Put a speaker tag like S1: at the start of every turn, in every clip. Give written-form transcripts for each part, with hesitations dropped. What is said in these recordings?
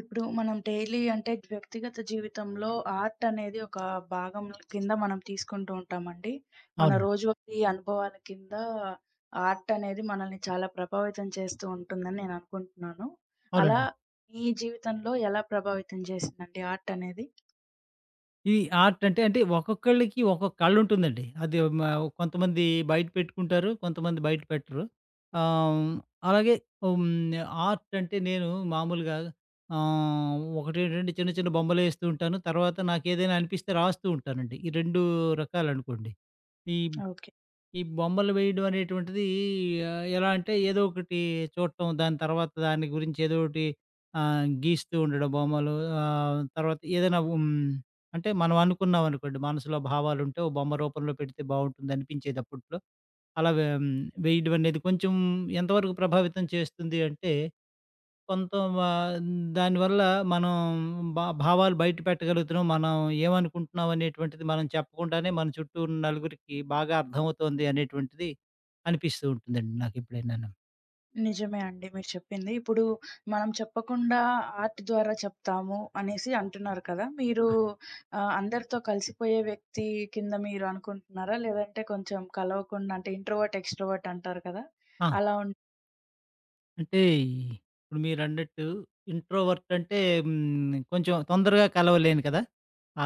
S1: ఇప్పుడు మనం డైలీ అంటే వ్యక్తిగత జీవితంలో ఆర్ట్ అనేది ఒక భాగం కింద మనం తీసుకుంటూ ఉంటామండి. మన
S2: అవునండి.
S1: రోజువారీ అనుభవాల కింద ఆర్ట్ అనేది మనల్ని చాలా ప్రభావితం చేస్తూ ఉంటుందని నేను అనుకుంటున్నాను. అలా
S2: అవునండి.
S1: మీ జీవితంలో ఎలా ప్రభావితం చేసిందండి ఆర్ట్ అనేది?
S2: ఇది ఆర్ట్ అంటే, అంటే ఒక్కొక్కళ్ళకి ఒక్కొక్క కళ్ళుంటుందండి. అది కొంతమంది బయట పెట్టుకుంటారు. కొంతమంది బయట పెట్టరు. ఆహ్, అలాగే హ్మ్. ఆర్ట్ అంటే నేను మామూలుగా ఆహ్, ఒకటి, రెండు చిన్న చిన్న బొమ్మలేస్తూ ఉంటాను. తర్వాత నాకేదైనా అనిపిస్తే రాస్తూ ఉంటానండి. ఈ 2 రకాలనుకోండి. ఈ
S1: ఓకే.
S2: ఈ బొమ్మలు వేయడం అనేటువంటిది, ఎలా అంటే ఏదో ఒకటి చూడటం, దాని తర్వాత దాని గురించి ఏదో ఒకటి గీస్తూ ఉండడం బొమ్మలు. తర్వాత ఏదైనా అంటే మనం అనుకున్నాం అనుకోండి, మనసులో భావాలుంటే ఓ బొమ్మ రూపంలో పెడితే బావుంటుంది అనిపించేది అప్పట్లో. అలా వే ఉమ్, వేయడం అనేది కొంచెం ఎంతవరకు ప్రభావితం చేస్తుంది అంటే, కొంత వా దానివల్ల మనం భావాలు బయట పెట్టగలుగుతున్నాం. మనం ఏమనుకుంటున్నాం అనేటువంటిది మనం చెప్పకుండానే మన చుట్టూ ఉన్న నలుగురికి బాగా అర్థమవుతోంది అనేటువంటిది అనిపిస్తూ ఉంటుందండి నాకెప్పుడైనాను.
S1: నిజమే అండి మీరు చెప్పింది. ఇప్పుడు మనం చెప్పకుండా ఆర్ట్ ద్వారా చెప్తాము అనేసి అంటున్నారు కదా! మీరు అందరితో కలిసిపోయే వ్యక్తి కింద మీరు అనుకుంటున్నారా? లేదంటే కొంచెం కలవకుండా అంటే ఇంట్రోవర్ట్, ఎక్స్‌ట్రోవర్ట్ అంటారు కదా!
S2: ఆ!
S1: అలా ఉన్
S2: అంటే ఇప్పుడు మీరన్నట్టు ఇంట్రోవర్ట్ అంటే కొంచెం తొందరగా కలవలేను కదా!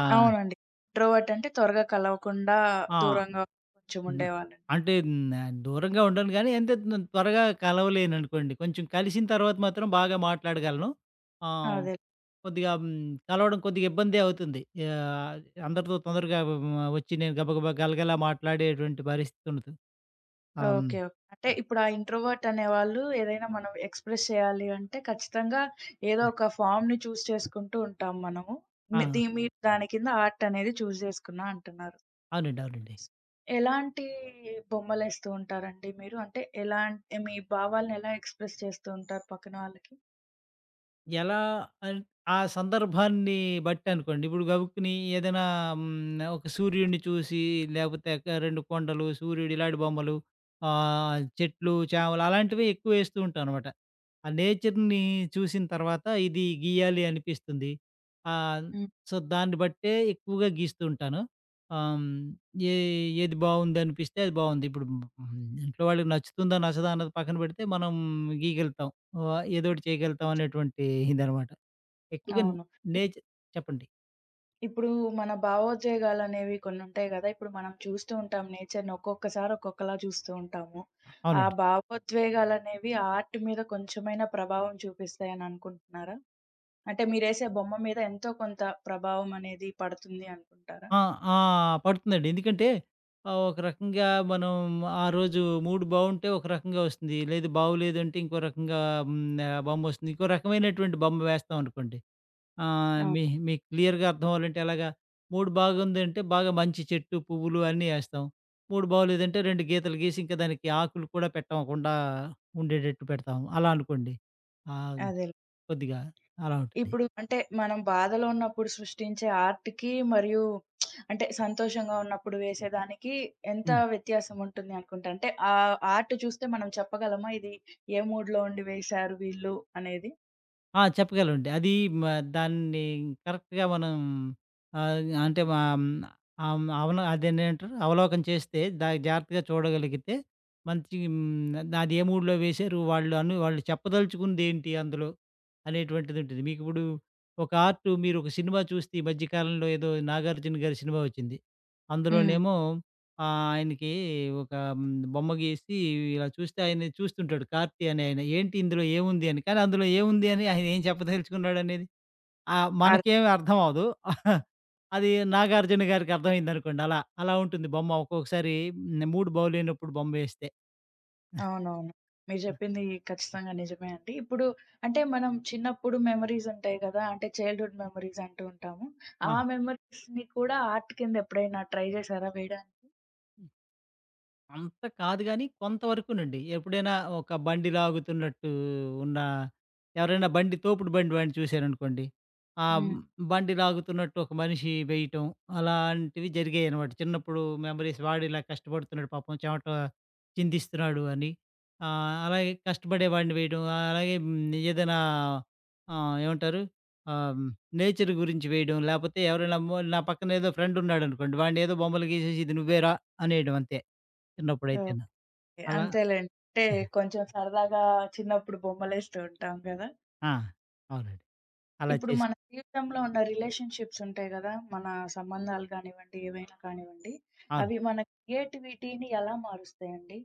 S2: ఆ!
S1: అవునండి. ఇంట్రోవర్ట్ అంటే త్వరగా కలవకుండా
S2: ఆ!
S1: దూరంగా కొంచెం
S2: హ్మ్.
S1: ఉండేవాళ్ళని.
S2: అంటే దూరంగా ఉండను గానీ, అంటే త్వరగా కలవలేననుకోండి. కొంచెం కలిసిన తర్వాత మాత్రం బాగా మాట్లాడగలను. ఆ!
S1: అదే.
S2: కొద్దిగా కలవడం కొద్దిగా ఇబ్బందే అవుతుంది. అందరితో తొందరగా వచ్చి నేను గబగబా గలగలా మాట్లాడేటువంటి పరిస్థితి ఉండదు. ఆహ్, హ్మ్.
S1: ఓకే. ఓకే. అంటే ఇప్పుడు ఆ ఇంట్రోవర్ట్ అనేవాళ్ళు ఏదైనా మనం ఎక్స్‌ప్రెస్ చేయాలి అంటే ఖచ్చితంగా ఏదో ఒక ఫార్మ్‌ని చూజ్ చేసుకుంటూ ఉంటాం మనము.
S2: ఆ!
S1: మీ దీ హ్మ్. మీరు దాని కింద ఆర్ట్ అనేది చూజ్ చేసుకున్నా అంటున్నారు.
S2: అవునండి. అవునండి.
S1: ఎలాంటి బొమ్మలేస్తూ ఉంటారండి మీరు? అంటే ఎలాం మీ భావాలను ఎలా ఎక్స్‌ప్రెస్ చేస్తూ ఉంటారు పక్కన వాళ్ళకి?
S2: ఎలా అన్ ఆ సందర్భాన్ని బట్టి అనుకోండి. ఇప్పుడు గబుక్కుని ఏదైనా ఒక సూర్యుడిని చూసి, లేకపోతే ఒక 2 కొండలు, సూర్యుడు ఇలాంటి బొమ్మలు, చెట్లు, చేమలు అలాంటివి ఎక్కువేస్తూ ఉంటాననమాట. ఆ నేచర్‌ని చూసిన తర్వాత ఇది గీయాలి అనిపిస్తుంది. ఆహ్,
S1: హ్మ్.
S2: సో, దాన్ని బట్టే ఎక్కువగా గీస్తూ ఉంటాను. ఆహ్, హ్మ్, ఏ ఏది బావుందనిపిస్తే అది బావుంది. ఇప్పుడు ఇంట్లో వాళ్ళకి నచ్చుతుందా, నచ్చదా అన్నది పక్కన పెడితే మనం గీయగలుగుతాం. ఓహ్! ఏదోటి చేయగలుగుతాం అనేటువంటి ఇదనమాట. ఎక్కువగా
S1: అవును.
S2: నేచ్ చెప్పండి.
S1: ఇప్పుడు మన భావోద్వేగాలనేవి కొన్నుంటాయి గదా! ఇప్పుడు మనం చూస్తూ ఉంటాం నేచర్‌ని ఒక్కొక్కసారి ఒక్కొక్కలా చూస్తూ ఉంటాము. ఆ
S2: అవునండి.
S1: భావోద్వేగాలనేవి ఆర్ట్ మీద కొంచెమైనా ప్రభావం చూపిస్తాయని అనుకుంటున్నారా? అంటే మీరేసే బొమ్మ మీద ఎంతో కొంత ప్రభావం అనేది పడుతుంది అనుకుంటారా?
S2: ఆ! ఆ! పడుతుందండి. ఎందుకంటే ఒక రకంగా మనం ఆ రోజు మూడ్ బావుంటే ఒక రకంగా వస్తుంది. లేదు, బాగోలేదంటే ఇంకో రకంగా హ్మ్, బొమ్మొస్తుంది. ఇంకో రకమైనటువంటి బొమ్మ వేస్తామనుకోండి. ఆహ్,
S1: అవును.
S2: మీ మీకు క్లియర్‌గా అర్థం అవ్వాలంటే ఎలాగా, మూడ్ బాగుందంటే బాగా మంచి చెట్టు, పువ్వులు అన్నీ ఏస్తాం. మూడ్ బాగోలేదంటే 2 గీతలు గీసి, ఇంకా దానికి ఆకులు కూడా పెట్టకుండా ఉండేటట్టు పెడతాం. అలా అనుకోండి. ఆ!
S1: అదే.
S2: కొద్దిగా అలా ఉంటుంది.
S1: ఇప్పుడు అంటే మనం బాధలో ఉన్నప్పుడు సృష్టించే ఆర్ట్‌కి మరియు అంటే సంతోషంగా ఉన్నప్పుడు వేసేదానికి ఎంత
S2: హ్మ్.
S1: వ్యత్యాసం ఉంటుంది అనుకుంటా? అంటే ఆర్ట్ చూస్తే మనం చెప్పగలమా ఇది ఏ మూడ్‌లో ఉండి వేశారు వీళ్ళు అనేది?
S2: ఆ! చెప్పగలండి. అది మ దాన్ని కరెక్ట్‌గా మనం ఆహ్, అంటే మా ఆహ్, అవన అదేంటంటారు, అవలోకనం చేస్తే, దాన్ని జాగ్రత్తగా చూడగలిగితే మంచి అది ఏ మూడ్‌లో వేశారు వాళ్ళు అని, వాళ్ళు చెప్పదలుచుకుందేంటి అందులో అనేటువంటిది ఉంటుంది. మీకిప్పుడు ఒక ఆర్ట్, మీరు ఒక సినిమా చూస్తే ఈ మధ్య కాలంలో ఏదో నాగార్జున గారి సినిమా వచ్చింది.
S1: హ్మ్.
S2: అందులోనేమో ఆ! ఆయనకి ఒక హ్మ్, బొమ్మ గీసి ఇలా చూస్తే ఆయన చూస్తుంటాడు. 'కార్తీ' అనే ఆయన, ఏంటి ఇందులో ఏముంది అని. కానీ అందులో ఏముంది అని ఆయన ఏం చెప్పదలుచుకున్నాడనేది
S1: అర్
S2: మనకేమి అర్థం అవ్వదు. అది 'నాగార్జున' గారికి అర్థమైందనుకోండి అలా. అలా ఉంటుంది బొమ్మ ఒక్కొక్కసారి, 3 బావులేనప్పుడు బొమ్మ వేస్తే.
S1: అవునవును. మీరు చెప్పింది ఖచ్చితంగా నిజమే అండి. ఇప్పుడు అంటే మనం చిన్నప్పుడు మెమోరీస్ ఉంటాయి కదా! అంటే చైల్డ్‌హుడ్ మెమోరీస్ అంటూ ఉంటాము. ఆ
S2: ఆ!
S1: మెమోరీస్‌ని కూడా ఆర్ట్ కింద ఎప్పుడైనా ట్రై చేశారా వేయడానికి?
S2: అంత కాదు గానీ, కొంతవరకునండి. ఎప్పుడైనా ఒక బండి లాగుతున్నట్టు ఉన్న ఎవరైనా బండి, తోపుడు బండి వాడిని చూశారనుకోండి. ఆ
S1: హ్మ్.
S2: బండి లాగుతున్నట్టు ఒక మనిషి వేయటం, అలాంటివి జరిగాయనమాట. చిన్నప్పుడు మెమరీస్, వాడు ఇలా కష్టపడుతున్నాడు పాపం, చెమట చిందిస్తున్నాడు అని. అలాగే కష్టపడేవాడిని వేయడం, అలాగే ఏదైనా ఏమంటారు? ఆహ్, నేచర్ గురించి వేయడం, లేపోతే ఎవరైనా నా పక్కన ఏదో ఫ్రెండున్నాడనుకోండి, వాడినేదో బొమ్మలు గీసేసి ఇది నువ్వేరా అనేయడం అంతే.
S1: ఓహ్!
S2: చిన్నప్పుడైతేను. అలా
S1: అంతేలేండి. అంటే కొంచెం సరదాగా చిన్నప్పుడు బొమ్మలేస్తూ ఉంటాం గదా!
S2: ఆ! అవునండి. అలా
S1: ఇప్పుడు
S2: చేసి
S1: మన జీవితంలో ఉన్న రిలేషన్‌షిప్స్ ఉంటాయి గదా! మన సంబంధాలు కానివ్వండి, ఏవైనా కానివ్వండి.
S2: అవును.
S1: అవి మన క్రియేటివిటీని ఎలా మారుస్తాయండి?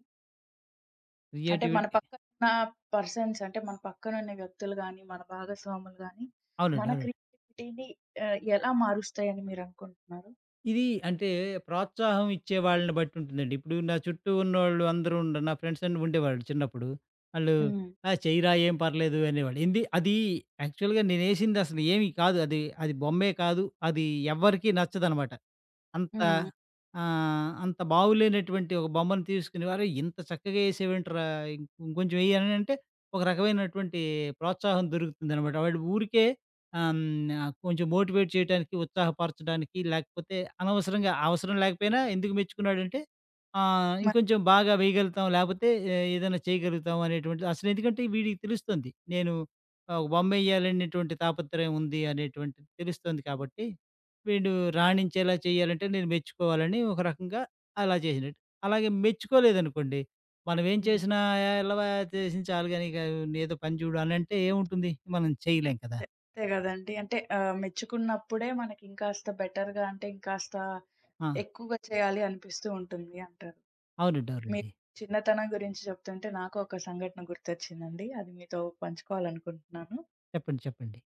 S1: అంటే మన
S2: క్రియేటివిటీ
S1: పక్కనున్న పర్సన్స్ అంటే మన పక్కనున్న వ్యక్తులు గాని, మన భాగస్వాములు గాని,
S2: అవునండి.
S1: మన
S2: అవునండి.
S1: క్రియేటివిటీని ఎలా మారుస్తాయని మీరనుకుంటున్నారు?
S2: ఇది అంటే ప్రోత్సాహం ఇచ్చే వాళ్ళని బట్టి ఉంటుందండి. ఇప్పుడు నా చుట్టూ ఉన్నోళ్ళు అందరూ నా ఫ్రెండ్స్ ఉండేవాళ్ళు చిన్నప్పుడు. ఆళ్ళు,
S1: హ్మ్.
S2: "ఆ! చెయ్యిరా ఏం పర్లేదు" అనేవాళ్ళు. ఏంది అది, యాక్చువల్‌గా నేనేసిందసలు ఏమి కాదు. అది అది బొమ్మే కాదు. అది ఎవ్వరికీ నచ్చదనమాట. అంత
S1: హ్మ్.
S2: అంత బాగులేనటువంటి ఒక బొమ్మను తీసుకొని, "అరేయ్! ఇంత చక్కగా ఏసావేంట్రా! ఇంకొంచెం ఎయ్యి" అని అంటే ఒక రకమైనటువంటి ప్రోత్సాహం దొరుకుతుందనమాట. వాడు ఊరికే కొంచెం మోటివేట్ చేయటానికి, ఉత్సాహపరచడానికి, లేకపోతే అనవసరంగా, అవసరం లేకపోయినా ఎందుకు మెచ్చుకున్నాడంటే,
S1: మ
S2: ఇంకొంచెం బాగా వేయగలుగుతాం, లేకపోతే ఏదైనా చేయగలుగుతాం అనేటువంటిది అసలు, ఎందుకంటే వీడికి తెలుస్తుంది. నేను ఒక బొమ్మేయాలనేటువంటి తాపత్రయం ఉంది అనేటువంటిది తెలుస్తుంది కాబట్టి, వీడు రాణించేలా చేయాలంటే నేను మెచ్చుకోవాలని, ఒక రకంగా అలా చేసినట్టు. అలాగే మెచ్చుకోలేదనుకోండి, మనం ఏం
S1: హ్మ్.
S2: చేసినా, "ఎలవా చేసింది చాలు గాని ఇక ఏదో పని చూడు" అనంటే ఏముంటుంది? మనం చేయలేం కదా!
S1: అంతే అంతే గదండీ. అంటే మెచ్చుకున్నప్పుడే మనకి ఇంకాస్త బెటర్‌గా అంటే ఇంకాస్త
S2: ఆ!
S1: ఎక్కువగా చేయాలి అనిపిస్తూ ఉంటుంది అంటారు.
S2: అవునండి.
S1: మీరు
S2: అవునండి.
S1: చిన్నతనం గురించి చెప్తుంటే నాకు ఒక సంఘటన గుర్తొచ్చిందండి. అది మీతో పంచుకోవాలనుకుంటున్నాను.
S2: చెప్పండి. చెప్పండి.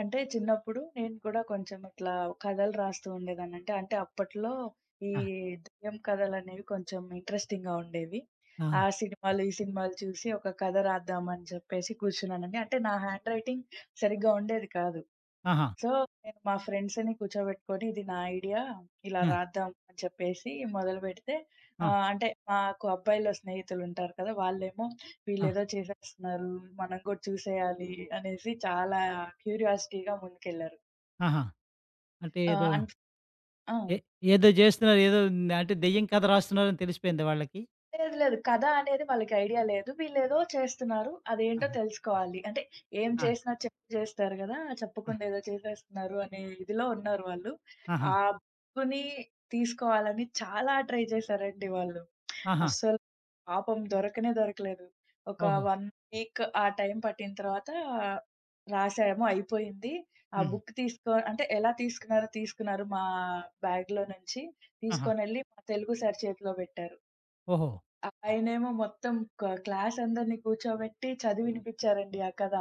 S1: అంటే చిన్నప్పుడు నేను కూడా కొంచెం ఇట్లా కథలు రాస్తూ ఉండేదాన్నంటే, అంటే అంటే అప్పట్లో ఈ
S2: ఆ!
S1: దెయ్యం కథలనేవి కొంచెం ఇంట్రెస్టింగ్‌గా ఉండేవి.
S2: ఆ!
S1: ఆ సినిమాలు, ఈ సినిమాలు చూసి ఒక కథ రాద్దామని చెప్పేసి కూర్చున్నానండి. అంటే నా హ్యాండ్ రైటింగ్ సరిగ్గా ఉండేది కాదు.
S2: ఆహా!
S1: సో, నేను మా ఫ్రెండ్స్‌ని కూర్చోబెట్టుకొని, ఇది నా ఐడియా ఇలా
S2: ఆ!
S1: రాద్దాం అని చెప్పేసి మొదలుపెడితే
S2: ఆ!
S1: అంటే మాకు అబ్బాయిల స్నేహితులుంటారు కదా! వాళ్ళేమో
S2: ఆ!
S1: వీళ్ళేదో చేసేస్తున్నారు, మనం కూడా చూసేయాలి అనేసి చాలా క్యూరియాసిటీగా ముందుకెళ్లారు.
S2: ఆహా! అంటే
S1: ఆహ్,
S2: ఏదో
S1: అన్ ఆ!
S2: ఏ ఏదో జేస్తున్నారు. ఏదో ఉంది. అంటే దెయ్యం కథ రాస్తున్నారని తెలిసిపోయిందా వాళ్ళకి?
S1: లేదు. లేదు. కథ అనేది వాళ్ళకి ఐడియా లేదు. వీళ్ళేదో చేస్తున్నారు. అదేంటో
S2: ఆహా!
S1: తెలుసుకోవాలి. అంటే ఏం
S2: ఆ!
S1: చేసినా చెప్పి చేస్తారు గదా!
S2: ఆ!
S1: చెప్పకుండా ఏదో చేసేస్తున్నారు అనే ఇదిలో ఉన్నారు వాళ్ళు.
S2: ఆహా!
S1: ఆ బుక్కుని తీసుకోవాలని చాలా ట్రై చేశారండి వాళ్ళు.
S2: ఆహా!
S1: అస్సలు పాపం దొరకనే దొరకలేదు. ఒక
S2: ఓహో!
S1: 1 వీక్ ఆ టైం పట్టిన తర్వాత రాసాము. అయిపోయింది. ఆ
S2: హ్మ్.
S1: బుక్ తీసుకో అంటే ఎలా తీసుకున్నారో తీసుకున్నారు మా బ్యాగ్‌లో నుంచి.
S2: ఆహా!
S1: తీసుకొనెళ్ళి మా తెలుగు సార్ చేతిలో పెట్టారు.
S2: ఓహో!
S1: ఆయనేమో మొత్తం క్లాస్ అందరిని కూర్చోబెట్టి చదివి వినిపిచ్చారండి ఆ కథ.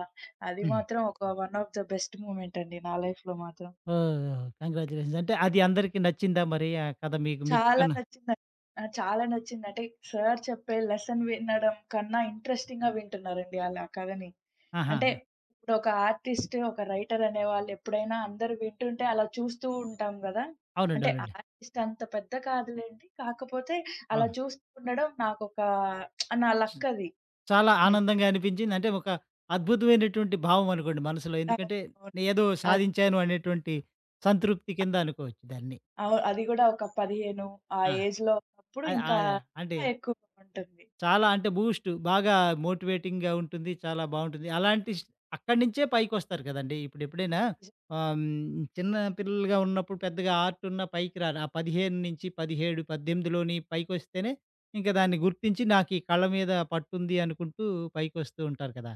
S1: అది
S2: హ్మ్.
S1: మాత్రం ఒక one of the best moment అండి నా లైఫ్‌లో మాత్రం.
S2: ఓహ్! కంగ్రాచ్యులేషన్స్. అంటే అది అందరికి నచ్చిందా మరి? ఆ కథ మీకు
S1: చాలా
S2: మెచ్చుకున్న
S1: నచ్చిందండి. ఆ! చాలా నచ్చింది. అంటే సార్ చెప్పే లెసన్ వినడం కన్నా ఇంట్రెస్టింగ్‌గా వింటున్నారండి ఆళ్ళు ఆ కథని.
S2: ఆహా!
S1: అంటే ఇప్పుడు ఒక ఆర్టిస్ట్, ఒక రైటర్ అనేవాళ్ళు ఎప్పుడైనా అందరూ వింటుంటే అలా చూస్తూ ఉంటాం గదా!
S2: అవునండి.
S1: అంటే
S2: అవునండి.
S1: ఆర్టిస్ట్ అంత పెద్ద కాదులెండి. కాకపోతే అలా
S2: అవును.
S1: చూస్తూ ఉండడం నాకొక నా లక్ అది.
S2: చాలా
S1: ని
S2: ఆనందంగా అనిపించింది. అంటే ఒక అద్భుతమైనటువంటి భావం అనుకోండి మనసులో.
S1: అవును.
S2: ఎందుకంటే,
S1: అవును.
S2: నేను ఏదో
S1: అది.
S2: సాధించాను అనేటువంటి సంతృప్తి కింద అనుకోవచ్చు దాన్ని.
S1: అది గూడా ఒక 15 ఆ
S2: ఆ!
S1: ఏజ్‌లో ఉన్నప్పుడు
S2: ఆహ్,
S1: ఇంకా
S2: ఆహ్, అంటే
S1: ఎక్కువ బావుంటుంది.
S2: చాలా, అంటే బూస్ట్ బాగా మోటివేటింగ్‌గా ఉంటుంది. చాలా బావుంటుంది. అలాంటి స్ అక్కడి నుంచే పైకొస్తారు కదండీ! ఇప్పుడు ఎప్పుడైనా చిన్న పిల్లలుగా ఉన్నప్పుడు పెద్దగా ఆర్ట్ ఉన్న పైకి రారు. ఆ 15-17, 18లోని పైకొస్తేనే ఇంక దాన్ని గుర్తించి, నాకు ఈ కళ మీద పట్టుంది అనుకుంటూ పైకొస్తూ ఉంటారు కదా!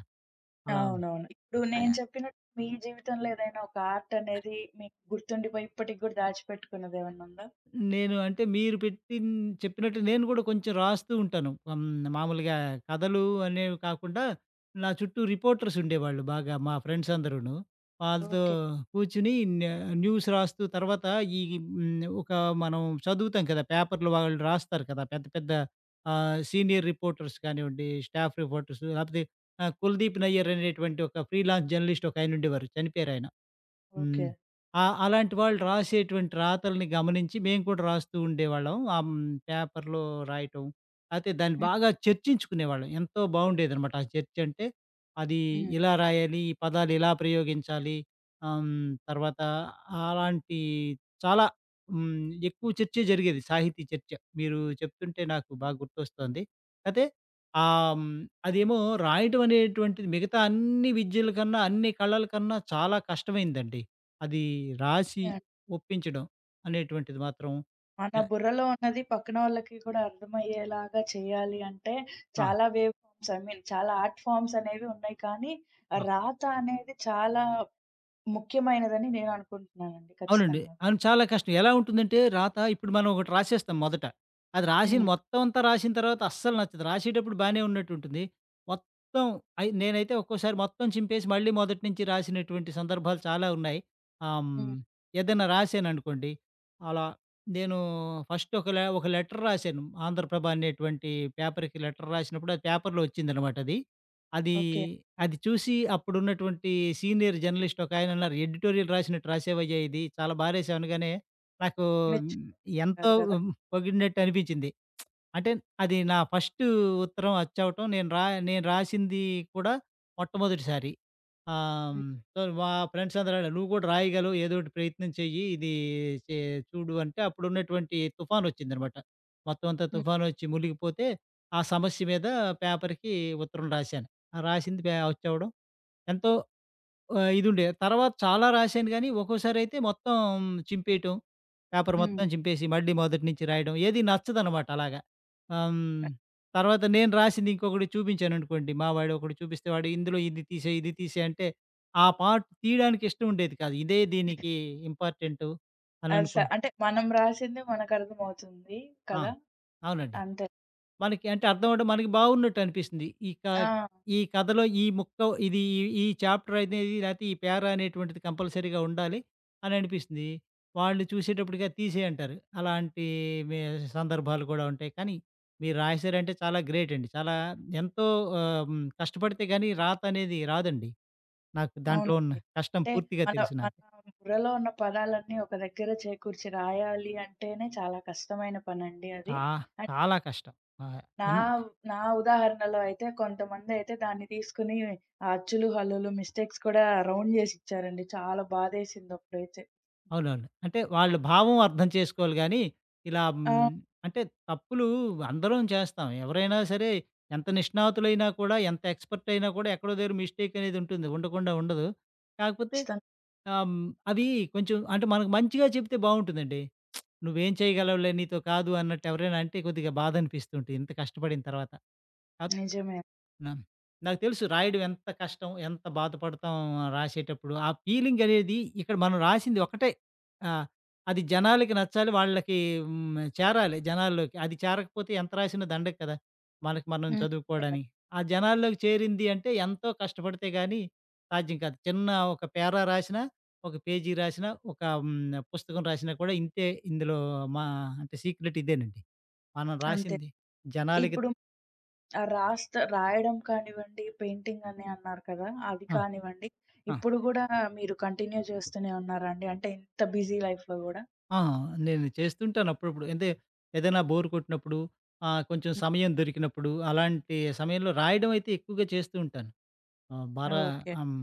S2: అలా
S1: అవునవును. ఇప్పుడు నేను
S2: ఆహ్
S1: చెప్పినట్టు మీ జీవితంలో ఏదైనా ఒక ఆర్ట్ అనేది మీకు గుర్తుండిపోయి ఇప్పటికి గూడా దాచిపెట్టుకున్నది ఏమన్నా ఉందా?
S2: నేను, అంటే మీరు చెప్పినట్టు నేను గూడా కొంచెం రాస్తూ ఉంటాను. మామూలుగా కథలు అనేవి కాకుండా, నా చుట్టూ రిపోర్టర్స్ ఉండేవాళ్ళు బాగా, మా ఫ్రెండ్స్ అందరూను. వాళ్ళతో
S1: ఓకే.
S2: కూర్చొని న్య న్యూస్ రాస్తూ, తర్వాత ఈ ఒక మనం చదువుతాం కదా! పేపర్‌లో వాళ్ళు రాస్తారు కదా! పెద్ద పెద్ద సీనియర్ రిపోర్టర్స్ కానివ్వండి, స్టాఫ్ రిపోర్టర్స్, లేపోతే కులదీప్ నయ్యర్ అనేటువంటి ఒక ఫ్రీలాన్స్ జర్నలిస్ట్ ఒకాయనుండేవారు. చనిపోయారాయన.
S1: ఓకే.
S2: హ్మ్. ఆ! అలాంటి వాళ్ళు రాసేటువంటి రాతల్ని గమనించి మేము కూడా రాస్తూ ఉండేవాళ్ళం. పేపర్‌లో రాయటం. అయితే దాన్ని
S1: హ్మ్.
S2: బాగా చర్చించుకునేవాళ్ళం. ఎంతో బావుండేదనమాట. ఆ చర్చ అంటే అది
S1: హ్మ్.
S2: ఇలా రాయాలి, ఈ పదాలు ఇలా ప్రయోగించాలి. తర్వాత అలాంటి చాలా, హ్మ్, ఎక్కువ చర్చే జరిగేది. సాహితీ చర్చ. మీరు చెప్తుంటే నాకు బాగా గుర్తొస్తోంది. అయితే ఆహ్, హ్మ్, అదేమో రాయటం అనేటువంటిది మిగతా అన్ని విద్యల కన్నా, అన్ని కళల కన్నా చాలా కష్టమైందండి. అది రాసి
S1: యాహ్!
S2: ఒప్పించడం అనేటువంటిది మాత్రం
S1: మన
S2: ఎ
S1: బుర్రలో ఉన్నది పక్కన వాళ్ళకి కూడా అర్థమయ్యేలాగా చేయాలి అంటే
S2: ఆ!
S1: చాలా వేవ్ ఫార్మ్స్ ఐ మీన్ చాలా ఆర్ట్ ఫార్మ్స్ అనేవి ఉన్నాయి. కానీ
S2: ఆ!
S1: రాత అనేది చాలా ముఖ్యమైనదని నేను అనుకుంటున్నానండి
S2: అవునండి.
S1: ఖచ్చితంగా.
S2: అవును. చాలా కష్టం. ఎలా ఉంటుందంటే, రాత ఇప్పుడు మనం ఒకటి రాసేస్తాం మొదట. అది రాసిన
S1: హ్మ్.
S2: మొత్తం అంతా, రాసిన తర్వాత అస్సలు నచ్చదు. రాసేటప్పుడు బానే ఉన్నట్టుంటుంది. మొత్తం అయి నేనైతే ఒక్కోసారి మొత్తం చింపేసి మళ్ళీ మొదటి నుంచి రాసినటువంటి సందర్భాలు చాలా ఉన్నాయి. ఆహ్, హ్మ్.
S1: హ్మ్.
S2: ఏదైనా రాసాననుకోండి అలా, నేను ఫస్ట్ ఒక లెటర్ రాసాను. ఆంధ్రప్రభ అనేటువంటి పేపర్‌కి లెటర్ రాసినప్పుడు అది పేపర్‌లో వచ్చిందనమాట అది. అది,
S1: ఓకే.
S2: అది చూసి అప్పుడున్నటువంటి సీనియర్ జర్నలిస్ట్ ఒకాయన అన్నారు, "ఎడిటోరియల్ రాసినట్టు రాసావయ్యా ఇది. చాలా బా రాసావు" అనగానే, నాకు
S1: మీరు
S2: ఎంతో
S1: అంటారు గదా!
S2: పొగిడినట్టు అనిపించింది. అంటే అది నా ఫస్ట్ ఉత్తరం అచ్చవటం, నేను రాసింది కూడా మొట్టమొదటిసారి. ఆహ్,
S1: హ్మ్.
S2: హ్మ్. సో, మా ఫ్రెండ్స్ అందరూ అన్నారు, "నువ్వు కూడా రాయగలవు, ఏదో ఒకటి ప్రయత్నం చెయ్యి. ఇది చే చూడు" అంటే, అప్పుడున్నటువంటి తుఫానొచ్చిందనమాట. మొత్తం అంతా
S1: హ్మ్.
S2: తుఫానొచ్చి మునిగిపోతే, ఆ సమస్య మీద పేపర్‌కి ఉత్తరం రాశాను. ఆ రాసింది అచ్చవడం ఎంతో ఇదుండే. తర్వాత చాలా రాశాను గానీ, ఒక్కోసారయితే మొత్తం చింపేయటం. పేపర్
S1: హ్మ్.
S2: మొత్తం చింపేసి, మళ్ళీ మొదటి నుంచి రాయడం. ఏది నచ్చదనమాట అలాగా. ఆహ్, హ్మ్. తర్వాత నేను రాసింది ఇంకొకడికి చూపించాననుకోండి, మా వాడొకడు చూపిస్తే, వాడు, "ఇందులో ఇది తీసేయి, ఇది తీసేయి" అంటే, ఆ పార్ట్ తీయడానికి ఇష్టం ఉండేది కాదు. ఇదే దీనికి ఇంపార్టెంటు అని
S1: అది
S2: అనుకో
S1: స అంటే మనం రాసింది మనకర్థమవుతుంది
S2: ఆ!
S1: కదా!
S2: అవునండి.
S1: అంతే.
S2: మనకి అంటే అర్థం అవ్వడం, మనకి బాగున్నట్టు అనిపిస్తుంది.
S1: ఆ!
S2: ఈ కథలో ఈ ముక్క, ఇది, ఈ చాప్టర్ అనేది లేతే, ఈ పేరా అనేటువంటిది కంపల్సరీగా ఉండాలి అని అనిపిస్తుంది. వాళ్ళు చూసేటప్పటికి తీసేయి అంటారు. అలాంటి మే సందర్భాలు కూడా ఉంటాయి. కానీ మీరు రాసారంటే చాలా గ్రేట్ అండి. చాలా ఎంతో కష్టపడితే గాని రాత అనేది రాదండి. నాకు దాంట్లో ఉన్న
S1: అవునండి.
S2: కష్టం
S1: అంటే
S2: పూర్తిగా
S1: మన
S2: తెలుసు నాకు.
S1: మన బుర్రలో ఉన్న పదాలన్నీ ఒక దగ్గర చేకూర్చి రాయాలి అంటేనే చాలా కష్టమైన పనండి అది.
S2: చా
S1: అండ్
S2: చాలా కష్టం. ఆహ్,
S1: నా
S2: ఎన్
S1: నా ఉదాహరణలో అయితే కొంతమందయితే దాన్ని తీసుకొని ఆ అచ్చులు, హల్లులు, మిస్టేక్స్ కూడా రౌండ్ జేసిచ్చారండి. చాలా బాధేసిందప్పుడైతే.
S2: అవునవును. అంటే వాళ్ళ భావం అర్థం చేసుకోవాలి గానీ, ఇలా
S1: ఆ!
S2: అంటే తప్పులు అందరం చేస్తాం. ఎవరైనా సరే, ఎంత నిష్ణాతులైనా కూడా, ఎంత ఎక్స్‌పర్ట్ అయినా కూడా ఎక్కడో దగ్గర మిస్టేక్ అనేది ఉంటుంది. ఉండకుండా ఉండదు. కాకపోతే
S1: ఖచ్చితంగా.
S2: ఆహ్, హ్మ్, అవి కొంచెం, అంటే మనకు మంచిగా చెప్తే బావుంటుందండి. "నువ్వేం
S1: హ్మ్.
S2: చేయగలవులే, నీతో కాదు" అన్నట్టు ఎవరైనా అంటే కొద్దిగా బాధనిపిస్తూ ఉంటుంది, ఇంత కష్టపడిన తర్వాత.
S1: నిజమే.
S2: నా నాకు తెలుసు రాయడం ఎంత కష్టం, ఎంత బాధపడతాం రాసేటప్పుడు. ఆ ఫీలింగ్ అనేది ఇక్కడ, మనం రాసింది ఒకటే. ఆ! అది జనాలకి నచ్చాలి, వాళ్ళకి చేరాలి జనాల్లోకి. అది చేరకపోతే ఎంత రాసినా దండగ కదా, మనకి మనం
S1: హ్మ్. అంతే కదా!
S2: చదువుకోవడానికి! ఆ జనాల్లోకి చేరింది అంటే ఎంతో కష్టపడితే గాని సాధ్యం కాదు. చిన్న ఒక పేరా రాసినా, ఒక పేజీ రాసినా, ఒక పుస్తకం రాసినా కూడా ఇంతే. ఇందులో మా అంటే సీక్రెట్ ఇదేనండి. మనం
S1: అంతే.
S2: రాసింది జనాలకి
S1: ఇప్పుడు ఆ! రాయడం కానివ్వండి, పెయింటింగ్ అని అన్నారు కదా! అవి
S2: ఆ!
S1: కానివ్వండి.
S2: ఆ!
S1: ఇప్పుడు గూడా మీరు కంటిన్యూ చేస్తూనే ఉన్నారా అండి? అంటే ఇంత బిజీ లైఫ్‌లో గూడా?
S2: ఆ! నేను చేస్తుంటాను అప్పుడప్పుడు. అంటే ఏదైనా బోర్ కొట్టినప్పుడు, కొంచెం
S1: హ్మ్.
S2: సమయం దొరికినప్పుడు, అలాంటి సమయంలో రాయడం అయితే ఎక్కువగా చేస్తూ ఉంటాను. ఆహ్, బారా
S1: ఓకే.
S2: ఆహ్,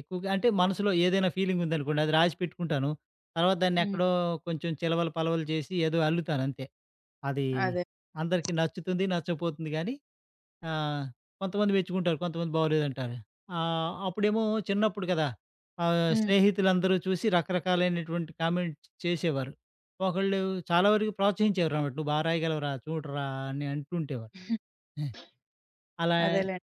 S2: ఎక్కువగా అంటే మనసులో ఏదైనా ఫీలింగ్ ఉందనుకోండి, అది రాసి పెట్టుకుంటాను. తర్వాత దాన్ని
S1: హ్మ్.
S2: ఎక్కడో కొంచెం చిలవలు పలవలు చేసి ఏదో అల్లుతాను అంతే. అది
S1: అదే.
S2: అందరికీ నచ్చుతుంది, నచ్చపోతుంది గానీ, ఆ! కొంతమంది మెచ్చుకుంటారు, కొంతమంది బాగోలేదంటారు. అప్పుడేమో చిన్నప్పుడు కదా!
S1: హ్మ్.
S2: స్నేహితులందరూ చూసి రకరకాలైనటువంటి కామెంట్స్ చేసేవారు. ఒకళ్ళు చాలా వరకు ప్రోత్సహించేవారన్నమాట. "నువ్వు బా రాయగలవురా, చూడరా" అని అంటుంటేవారు. ఏ, అలా
S1: అదేలెండి.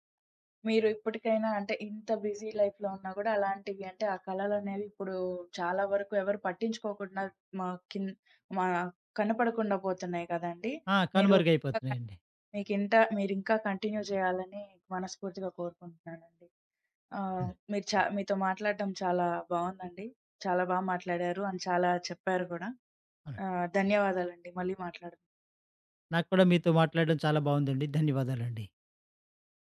S1: మీరు ఇప్పటికైనా అంటే ఇంత బిజీ లైఫ్‌లో ఉన్నా గూడా అలాంటివి అంటే ఆ కళలనేవి ఇప్పుడు చాలా వరకు ఎవరు పట్టించుకోకుండా మా కిన్ మా కనపడకుండా పోతున్నాయి కదండీ!
S2: ఆ!
S1: మీరు
S2: కనుమరుగైపోతున్నాయండి.
S1: మీకింత మీరింకా కంటిన్యూ చేయాలని మనస్ఫూర్తిగా కోరుకుంటున్నానండి. ఆ!
S2: హ్మ్.
S1: మీరు చా మీతో మాట్లాడడం చాలా బావుందండి. చాలా బా మాట్లాడారు. అండ్ చాలా చెప్పారు గూడా.
S2: అవునండి.
S1: ధన్యవాదాలండి. మళ్ళీ మాట్లాడదాం.
S2: నాకు కూడా మీతో మాట్లాడడం చాలా బావుందండి. ధన్యవాదాలండి.